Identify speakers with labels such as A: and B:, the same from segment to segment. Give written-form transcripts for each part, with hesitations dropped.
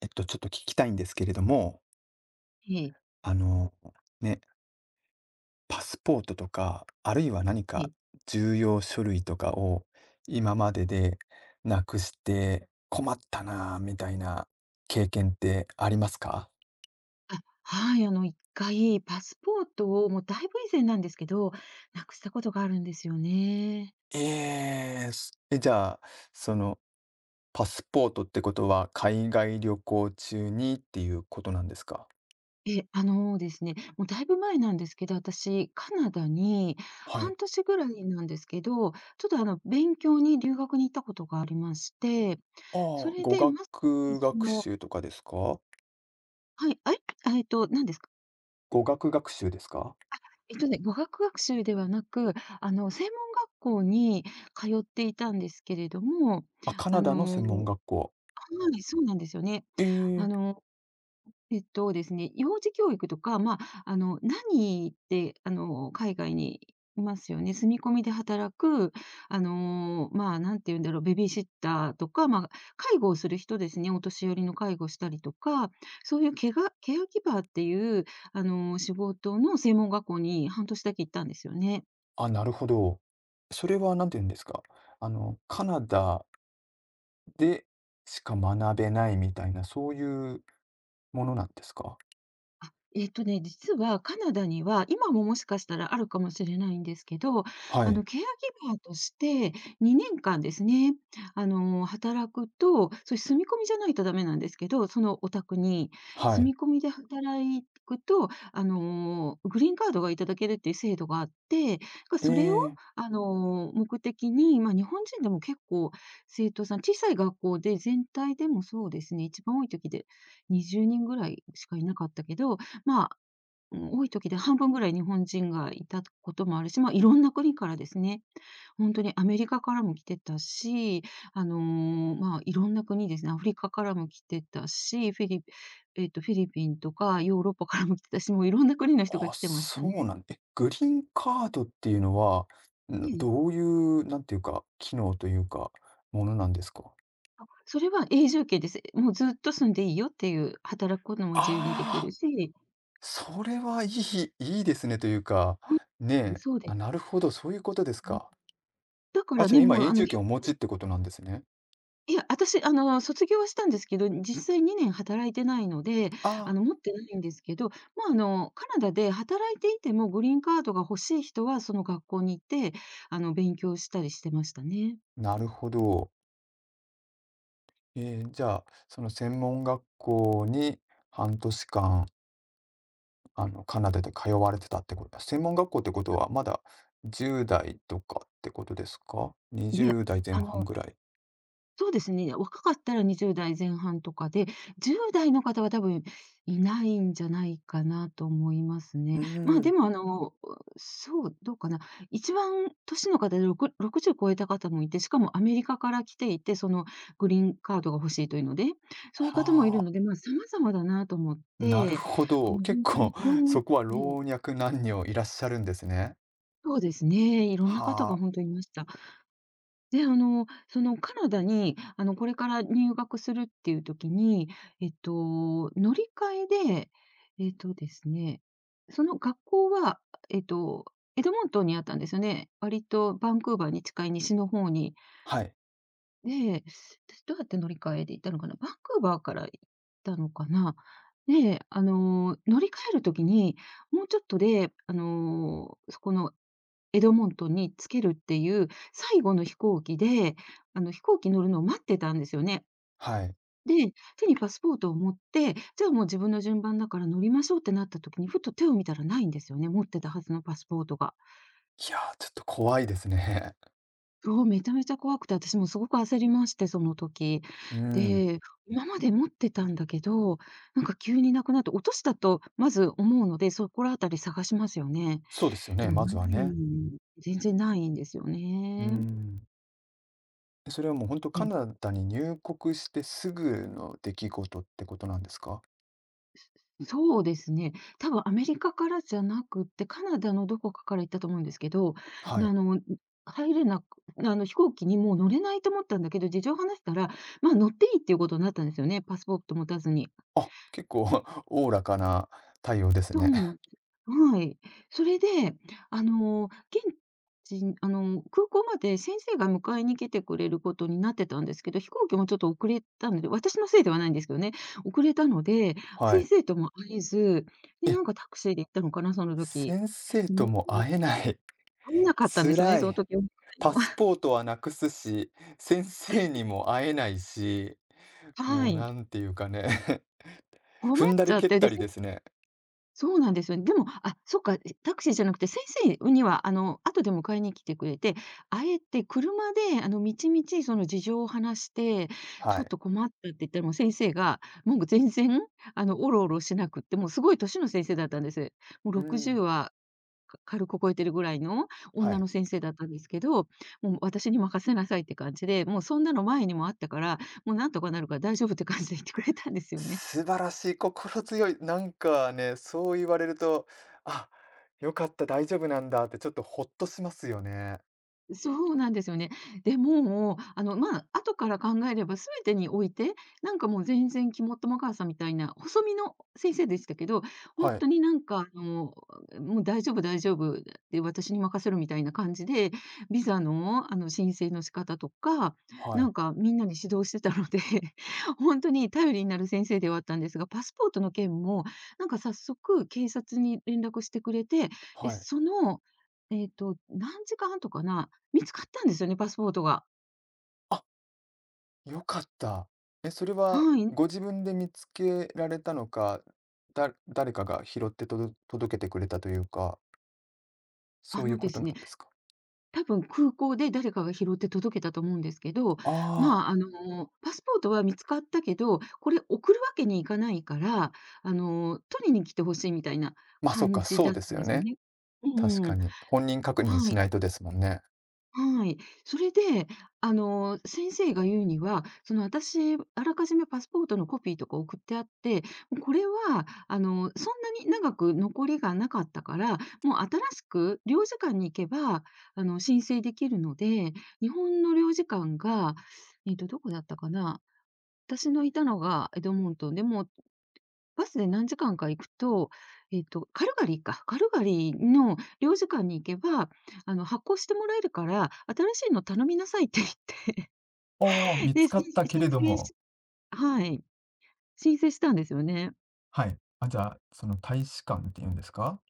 A: ちょっと聞きたいんですけれども、
B: ええ、
A: あの、ね、パスポートとか、あるいは何
B: え
A: か
B: え。
A: 重要書類とかを今まででなくして困ったなあみたいな経験ってありますか？
B: あ、はい、1回パスポートをもうだいぶ以前なんですけど、なくしたことがあるんですよね。
A: ええ、じゃあ、そのパスポートってことは、海外旅行中にっていうことなんですか？
B: ええ、あのですね、もうだいぶ前なんですけど、私カナダに
A: はい。
B: 半年ぐらいなんですけど、ちょっとあの勉強に留学に行ったことがありまして、
A: あ
B: そ
A: あ、
B: れ
A: 語
B: でまさに
A: 学
B: そ
A: 学
B: の、
A: 習とかですか？
B: はい、あ、何ですか？
A: 語学学習ですか？
B: えっとね、語学学習ではなく、あの専門学校に通っていたんですけれども、
A: あ、カ
B: あ
A: ナダの専門
B: の、
A: 学校。
B: はい、そうなんですよね。
A: え
B: あ
A: え。
B: の、えっとですね、幼児教育とか、まあ、あの、何って、あの、海外にいますよね。住み込みで働く、あの、まあ、なんて言うんだろう、ベビーシッターとか、まあ、介護をする人ですね、お年寄りの介護したりとか、そういうケガケアギバーっていう、あの、仕事の専門学校に半年だけ行ったんですよね。
A: あ、なるほど。それは何て言うんですか、カナダでしか学べないみたいな、そういうものなんですか？
B: えっとね、実はカナダには、今ももしかしたらあるかもしれないんですけど、
A: は
B: あの、
A: い、
B: ケアギバーとして2年間ですね、あの、働くと、それ住み込みじゃないとダメなんですけど、そのお宅に、
A: はい。
B: 住み込みで働くと、あの、グリーンカードがいただけるっていう制度があって、
A: え
B: それを、
A: え、
B: あの、目的に、まあ、日本人でも結構生徒さん、小さい学校で全体でもそうですね、一番多い時で20人ぐらいしかいなかったけど、まあ、多い時で半分ぐらい日本人がいたこともあるし、まあ、いろんな国からですね、本当にアメリカからも来てたし、あの、まあ、いろんな国ですね、アフリカからも来てたし、フィリえっと、フィリピンとかヨーロッパからも来てたし、もういろんな国の人が
A: あ、
B: 来てました
A: そう
B: ね。
A: なんえ、グリーンカードっていうのは、
B: ええ。
A: どういう、なんていうか、機能というか、ものなんですか？
B: あ、それは永住権です。もうずっと住んでいいよっていう、働くことも自由にでき
A: ああ、
B: るし。
A: それはいいですねというか、
B: うん、
A: ねえ、
B: そうで
A: あ、
B: す
A: なるほど、そういうことです
B: ね。
A: か。
B: だか
A: あ、
B: ら
A: じゃ
B: ね、
A: あ今
B: もう
A: 永
B: あの
A: 住
B: 現
A: 権をお
B: 地
A: 持
B: で、
A: ちってことなんですね。
B: いや、私あの、卒業はしたんですけど、実際2年働いてないので、
A: あ
B: あ
A: あ、
B: の、持ってないんですけど、まあ、あの、カナダで働いていてもグリーンカードが欲しい人はその学校に行って、あの、勉強したりしてましたね。
A: なるほど。ええ、じゃあ、その専門学校に半年間、カナダで通われてたってこと専門学校ってことは、まだ10代とかってことですか
B: いや、
A: ？20代前
B: あ
A: 半
B: の、
A: ぐらい。
B: そうですね、若かったら20代前半とかで、10代の方は多分いないんじゃないかなと思います
A: う
B: ね。
A: ー
B: まあ、で
A: ん、
B: も、あの、そう、どうかな。一番年の方で60超えた方もいて、しかもアメリカから来ていて、そのグリーンカードが欲しいというので、そういう方もいる
A: はあ、
B: ので、ま、様々だなと思っ
A: なる
B: て、
A: ほ
B: あ
A: ど。
B: の、
A: 結
B: 本当
A: 構
B: にいろ ん、
A: そこは
B: ええ、
A: 老若男女いらっしゃるんですね。
B: そうですね、いろんな方
A: は
B: が
A: あ、
B: 本当にいました。で、あの、そのカナダに、あの、これから入学するっていう時に、えっと、乗り換えで、えっとですね、その学校は、えっと、エドモントンにあったんですよね。割とバンクーバーに近い西の方に。
A: はい、
B: で、私どうやって乗り換えで行ったのかな、バンクーバーから行ったのかな。で、あの、乗り換える時に、もうちょっとで、あの、そこのエドモントンに着けるっていう最後の飛行機で、あの、飛行機乗るのを待ってたんですよね。
A: はい。
B: で、手にパスポートを持って、じゃあもう自分の順番だから乗りましょうってなった時に、ふと手を見たらないんですよね、持ってたはずのパスポートが。
A: いやー、ちょっと怖いですね。
B: そう、めちゃめちゃ怖くて、私もすごく焦りまして、その時。
A: うん、
B: で、今まで持ってたんだけど、なんか急になくなって、落としたとまず思うので、そこらあたり探しますよね。
A: そうですよ
B: で
A: ね、
B: も
A: ま
B: な
A: ずはね。
B: い全然ないんですよ
A: うー
B: ね。
A: ん。それはもうほんとカナ
B: で、
A: ダに入国してすぐの出来事ってことなんですか？
B: そうですね。多分アメリカからじゃなくって、カナダのどこかから行ったと思うんですけど、あ
A: はい。
B: の、入れなくあの、飛行機にもう乗れないと思ったんだけど、事情を話したら、まあ、乗っていいっていうことになったんですよね、パスポート持たずに。
A: あ、結構 おおらかな対応です
B: そ
A: ね。
B: うなんで す。はい。それで、あの、現あの、空港まで先生が迎えに来てくれることになってたんですけど、飛行機もちょっと遅れたので、私のせいではないんですけどね、遅れたので、
A: は
B: 先
A: い。
B: 生とも会えず、で、な
A: え、
B: んかタクシーで行ったのかな、その時。
A: 先生と
B: も
A: も
B: う
A: 会えない。
B: 会えなかったんですよね、
A: 辛
B: その
A: い。
B: 時お迎え
A: パ
B: の。
A: ス ポートはなくすし、先生にも会えないし、も
B: は
A: うな
B: い。
A: んていうかね
B: 困っ
A: 踏んだ
B: ち
A: り
B: ゃっ
A: 蹴っ
B: て、
A: た
B: で、
A: りですね。
B: そうなんですよね。でも、あ、そっか、タクシーじゃなくて、先生には、あの、後で迎えに来てくれて、あえて車で、あの、みちみちその事情を話して、ち
A: は
B: ょっ
A: い。
B: と困ったって言ったら、もう先生が、もう全然、あの、おろおろしなくって、もうすごい年の先生だったんです。もう
A: うん。
B: 60は、軽く超えてるぐらいの
A: は
B: 女
A: い。
B: の先生だったんですけど、もう私に任せなさいって感じで、もうそんなの前にもあったから、もうなんとかなるから大丈夫って感じで言ってくれたんですよね。
A: 素晴らしい、心強い。なんかね、そう言われると、あ、よかった、大丈夫なんだってちょっとほっとしますよね。
B: そうなんですよね。で、もう、あの、まあ、後から考えれば全てにおいて、なんかもう全然肝っ玉母さんみたいな細身の先生でしたけど、本
A: はい、
B: 当になんか、あの、もう大丈夫大丈夫、で、私に任せるみたいな感じで、ビザの、あの、申請の仕方とか、
A: は
B: な
A: い、
B: んかみんなに指導してたので、本当に頼りになる先生ではあったんですが、パスポートの件も、なんか早速警察に連絡してくれて、で、
A: はい。
B: その、えっと、何時間とかな、見つかったんですよね、パスポートが。
A: あ、よかった。え、それは
B: はい。
A: ご自分で見つけられたのか、誰かが拾って届けてくれたというか、そ
B: あ
A: ういう
B: ので
A: こと
B: す
A: なん
B: ね、
A: ですか？
B: 多分空港で誰かが拾って届けたと思うんですけど、
A: ああ、
B: まあ、あの、パスポートは見つかったけど、これ送るわけにいかないから、あの、取りに来てほしいみたいな
A: ま、あそっ
B: 感
A: か、
B: じ
A: そ
B: だ
A: う
B: った
A: です
B: ん
A: よ
B: ですよ
A: ね。
B: ね。
A: 確
B: う
A: か
B: ん。
A: に。本人確認
B: は
A: し
B: い。
A: ないとですもんね。
B: はい。それで、あの、先生が言うには、その私、あらかじめパスポートのコピーとか送ってあって、もうこれは、あの、そんなに長く残りがなかったから、もう新しく領事館に行けば、あの、申請できるので、日本の領事館が、えっと、どこだったかな、私のいたのがエドモントンでもうバスで何時間か行くと、えっと、カルガリーか、カルガリーの領事館に行けば、あの、発行してもらえるから、新しいの頼みなさいって言って、
A: 見つ
B: で、
A: かったけれ
B: 申
A: ど
B: 請
A: も、
B: し、はい、申請したんですよね。
A: はい。あ、じゃあ、その大使館っていうんですか？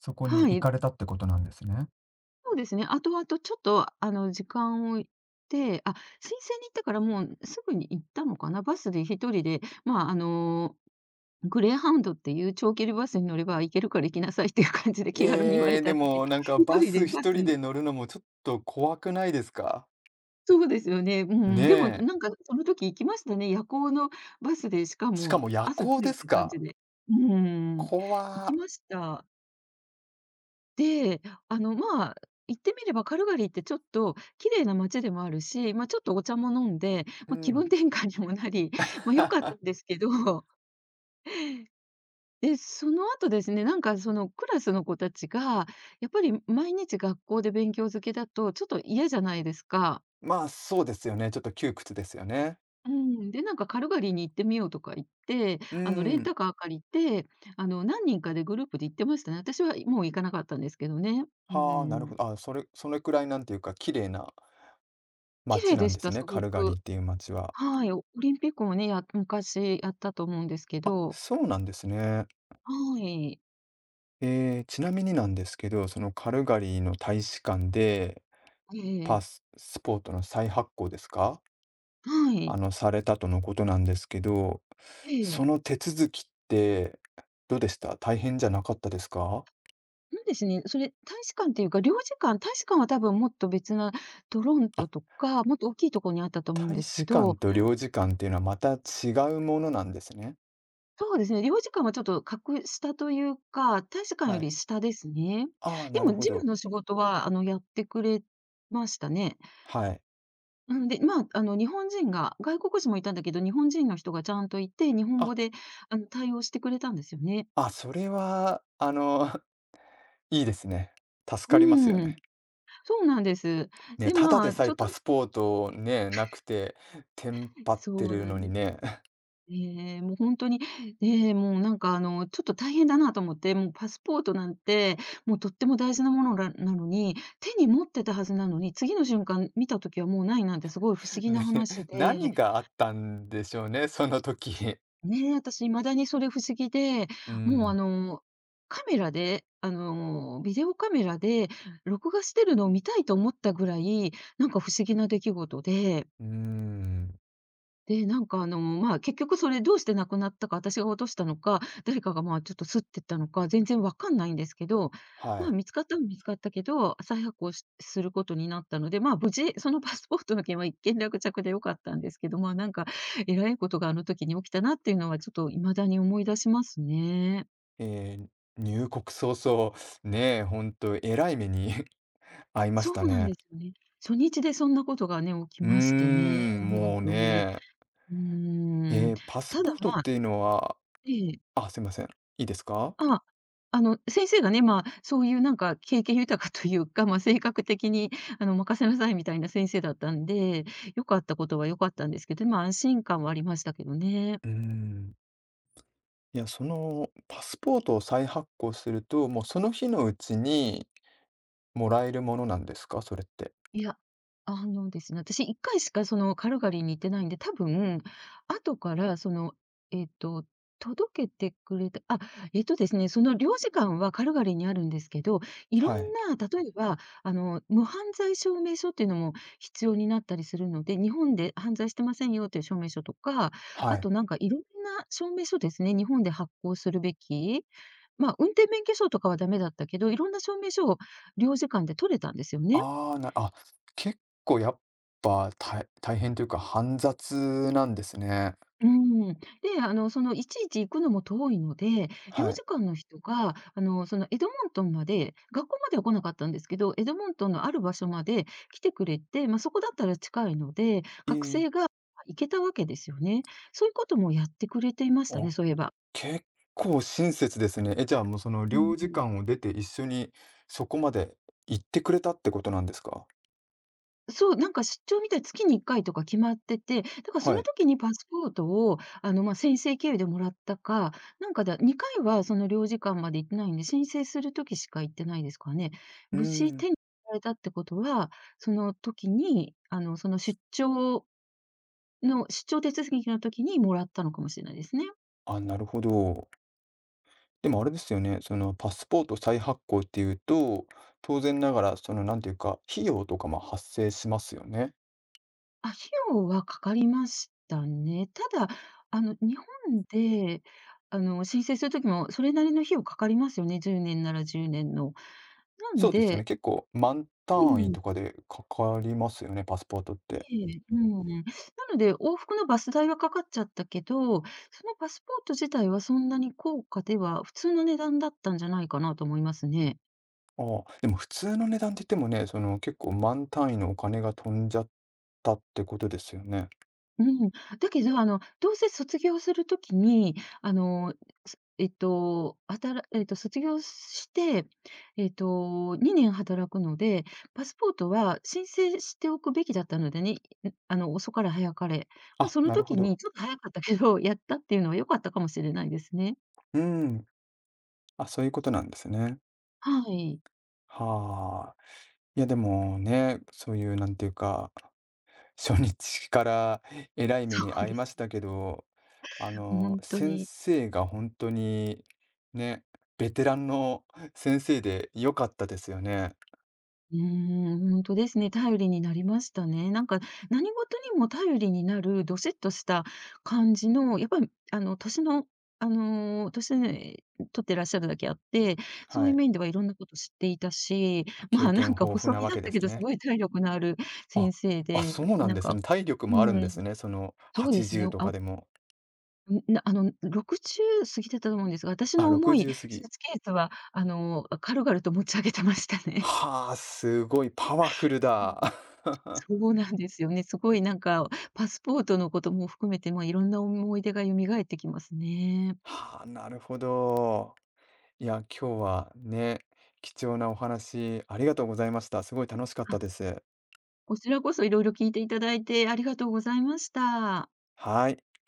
A: そこに
B: は
A: 行
B: い、
A: かれたってことなんですね。
B: そうですね。後々ちょっと、あの、時間を置いて、あ、申請に行ったからもうすぐに行ったのかな、バスで一人で、まあ、あの、グレーハウンドっていう長距離バスに乗れば行けるから行きなさいっていう感じで気軽に言わ
A: え
B: れ
A: え、
B: た
A: で
B: ので、
A: も、なんか
B: 一
A: バ
B: 人
A: ス
B: でバ
A: 一
B: ス
A: 人で
B: に
A: 乗るのもちょっと怖くないですか？
B: そうですよね。う
A: ね
B: ん、でも
A: え。
B: なんかその時行きましたね。夜行のバスで、しか
A: しか
B: も
A: も夜
B: 朝
A: 行
B: 着
A: で
B: い
A: す
B: た感じ
A: か。
B: で。うん、行
A: 怖っ。
B: きました。で、あの、まあ、行ってみればカルガリーってちょっと綺麗な街でもあるし、まあ、ちょっとお茶も飲んで、
A: う
B: まあ、気分
A: ん。
B: 転換にもなり、まあ、良かっ たんですけど、で、その後ですね、そのクラスの子たちが、やっぱり毎日学校で勉強漬けだとちょっと嫌じゃないですか。
A: まあ、そうですよね、ちょっと窮屈ですよね。
B: うん、で、なんかカルガリーに行ってみようとか言って、
A: うー
B: あのレン
A: ん。
B: タカー借りて、あの何人かでグループで行ってましたね。私はもう行かなかったんですけどね。う
A: はあ、なる
B: ん。
A: ほど。あ、それくらいなんていうか、綺麗な
B: 綺
A: 街
B: 麗
A: な
B: で
A: ん
B: し
A: です
B: た、す
A: ね、カ
B: ご
A: ルガリー
B: く。
A: っていう街は。
B: はい、オオリンピックもね、や昔やったと思うんですけ
A: あ、
B: ど。
A: そうなんですね。
B: はい。
A: ええ、ちなみになんですけど、そのカルガリーの大使館で、
B: え
A: パ
B: え、
A: ススポートの再発行ですか？
B: はい。
A: されたとのことなんですけど、
B: え
A: そ
B: え。
A: の手続きってどうでした？大変じゃなかったですか？
B: なんですね、それ、大使館っていうか、領事館大使館は多分もっと別なトロン
A: あ、
B: トとか、もっと大きいところにあったと思うん
A: 大
B: ですけ
A: 使館
B: ど、
A: と領事館っていうのはまた違うものなんですね。
B: そうですね、利用時間はちょっと格下というか、大使館
A: は
B: より
A: い。
B: 下ですね。
A: ああ、
B: で
A: なる
B: も
A: ほ
B: 事務
A: ど。
B: の仕事は、やってくれましたね。
A: はい。
B: うん、で、日本人が外国人もいたんだけど、日本人の人がちゃんといて、日本
A: あ、
B: 語で、対応してくれたんですよね。
A: あ、それは、いいですね。助かりますよ
B: う
A: ね。
B: ん、そうなんです。
A: ね、
B: で、
A: ただ
B: ま
A: で
B: あ、
A: さ
B: ち
A: え
B: ょっ
A: パ
B: と
A: スポートね、なくて、テンパって
B: そう
A: る
B: なん
A: のに
B: です。
A: ね。
B: ええ、もう本当に、ね、もうなんかあの、ちょっと大変だなと思って、もうパスポートなんて、もうとっても大事なものらなのに、手に持ってたはずなのに、次の瞬間見た時はもうないなんてすごい不思 議な
A: ね、
B: 話で、
A: 何があったんでしょうね、その時。
B: ね、私未だにそれ不思議で、
A: う
B: もうあ
A: ん。
B: の、カメラで、ビデオカメラで録画してるのを見たいと思ったぐらい、なんか不思議な出来事で、
A: うん。
B: で、結局それどうしてなくなったか、私が落としたのか、誰かがまあ、ちょっとすってったのか、全然わかんないんですけど、
A: は
B: まあ、
A: い。
B: 見つかったのは見つかったけど、再発行しすることになったので、まあ、無事、そのパスポートの件は一件落着で良かったんですけど、まあ、なんか、えらいことがあの時に起きたなっていうのは、ちょっと未だに思い出しますね。
A: えー入国早々、ねえ、ほんとえらい目に 遭いまし
B: そ
A: た
B: うなん
A: ね。
B: ですよね。初日でそんなことがね、起き
A: うー
B: ましてね、
A: ん、
B: 本
A: もう
B: 当に。
A: ね。
B: うーん。
A: パス
B: た
A: ポ
B: だ、
A: ートっ
B: まあ、
A: ていうのは、
B: ええ。
A: すいません、いいですか？
B: ああ、の、先生がね、まあ、そういうなんか経験豊かというか、性格的に任せなさいみたいな先生だったんで、良かったことは良かったんですけど、まあ、安心感はありましたけどね。
A: うーん。いや、そのパスポートを再発行すると、もうその日のうちにもらえるものなんですか？それって。
B: いや、あのですね、私1回しかそのカルガリーに行ってないんで、多分、後からその、えっと、届けてくれたあ、えっとですね、その領事館はカルガリーにあるんですけど、いろん
A: はい。
B: な、例えば、無犯罪証明書っていうのも必要になったりするので、日本で犯罪してませんよっていう証明書とか、
A: は
B: あ
A: い。
B: となんかいろんな証明書ですね、日本で発行するべき、まあ、運転免許証とかはダメだったけど、いろんな証明書を領事館で取れたんですよね。
A: ああ、結構やっぱ、大変というか煩雑なんですね。
B: うん。で、いちいち行くのも遠いので、領
A: はい。
B: 事館の人が、エドモントンまで、学校までは来なかったんですけど、エドモントンのある場所まで来てくれて、まあ、そこだったら近いので、
A: え
B: 学
A: え、
B: 生が行けたわけですよね。そういうこともやってくれていました
A: あ、
B: ね、そういえば。
A: 結構親切ですね。え、じゃあ、もう、その、
B: う
A: 領事
B: ん。
A: 館を出て一緒にそこまで行ってくれたってことなんですか？
B: そう、なんか出張みたい、月に1回とか決まってて、だからそ
A: は
B: の
A: い。
B: 時にパスポートを、先生経由でもらったか、なんかだ2回はその領事館まで行ってないんで、申請する時しか行ってないですかね。
A: うー
B: 無事
A: ん。
B: 手に入れたってことは、その時に、出張の出張手続きの時にもらったのかもしれないですね。
A: あ、なるほど。でもあれですよね、その、パスポート再発行っていうと、当然ながら、その、なんていうか、費用とかも発生しますよね。
B: あ、費用はかかりましたね。ただ、日本で、申請する時もそれなりの費用かかりますよね、10年なら10年の。な
A: そ
B: ん
A: うですよね、
B: で、
A: 結構万
B: う
A: 単位
B: ん、
A: とかでかかりますよね、パスポートっ
B: え
A: て。
B: え、うん。なので、往復のバス代はかかっちゃったけど、そのパスポート自体はそんなに高価では、普通の値段だったんじゃないかなと思いますね。
A: ああ、でも普通の値段って言ってもね、その、結構万単位のお金が飛んじゃったってことですよね。
B: うん、だけど、どうせ卒業するときに、あの、すえっと、働えっと、卒業して、2年働くので、パスポートは申請しておくべきだったのでね、ん、遅かれ早かれ。まあ、
A: あ、
B: その
A: なるほ
B: 時に
A: ど。
B: ちょっと早かったけど、やったっていうのは良かったかもしれないですね。
A: うん。あ、そういうことなんですね。
B: はい。
A: はあ。いやでもね、そういうなんていうか、初日からえらい目
B: そ
A: に
B: う
A: 遭い
B: で
A: ま
B: す。
A: したけど、
B: 本当
A: 先
B: に。
A: 生が本当にね、ベテランの先生で良かったですよね。
B: うーん、本当ですね。頼りになりましたね。なんか、何事にも頼りになるどしっとした感じの、やっぱり、年の、年ね取ってらっしゃるだけあって、そう
A: は
B: いう
A: い。
B: 面ではいろんなこと知っていたし、
A: ま経
B: まあ、なん
A: 験
B: か
A: 豊富
B: 細
A: な
B: 身
A: わ
B: だっ
A: けで
B: たけ
A: す
B: ど、す
A: ね。
B: ごい体力のある
A: あ、
B: 先生
A: あ、
B: で、
A: そうなん
B: なん
A: です
B: か、
A: ね。体力もある
B: う
A: んで
B: ん、
A: すね。その
B: そうですね。
A: 80と
B: あ、
A: かでも。
B: なあの、60過ぎてたと思うんですが、私
A: あ、
B: の重い
A: 60過
B: ス
A: ぎ。
B: ーツケースは、軽々と持ち上げてましたね。
A: はあ、すごいパワフルだ。
B: そ うなんですよね。すごいなんか、パスポートのことも含めて、まあ、いろんな思い出が蘇ってきますね。
A: はあ、なるほど。いや、今日はね、貴重なお話ありがとうございました。すごい楽しかっ
B: あ、
A: たです。
B: こちらこそいろいろ聞いていただいてありがとうございました。
A: はい。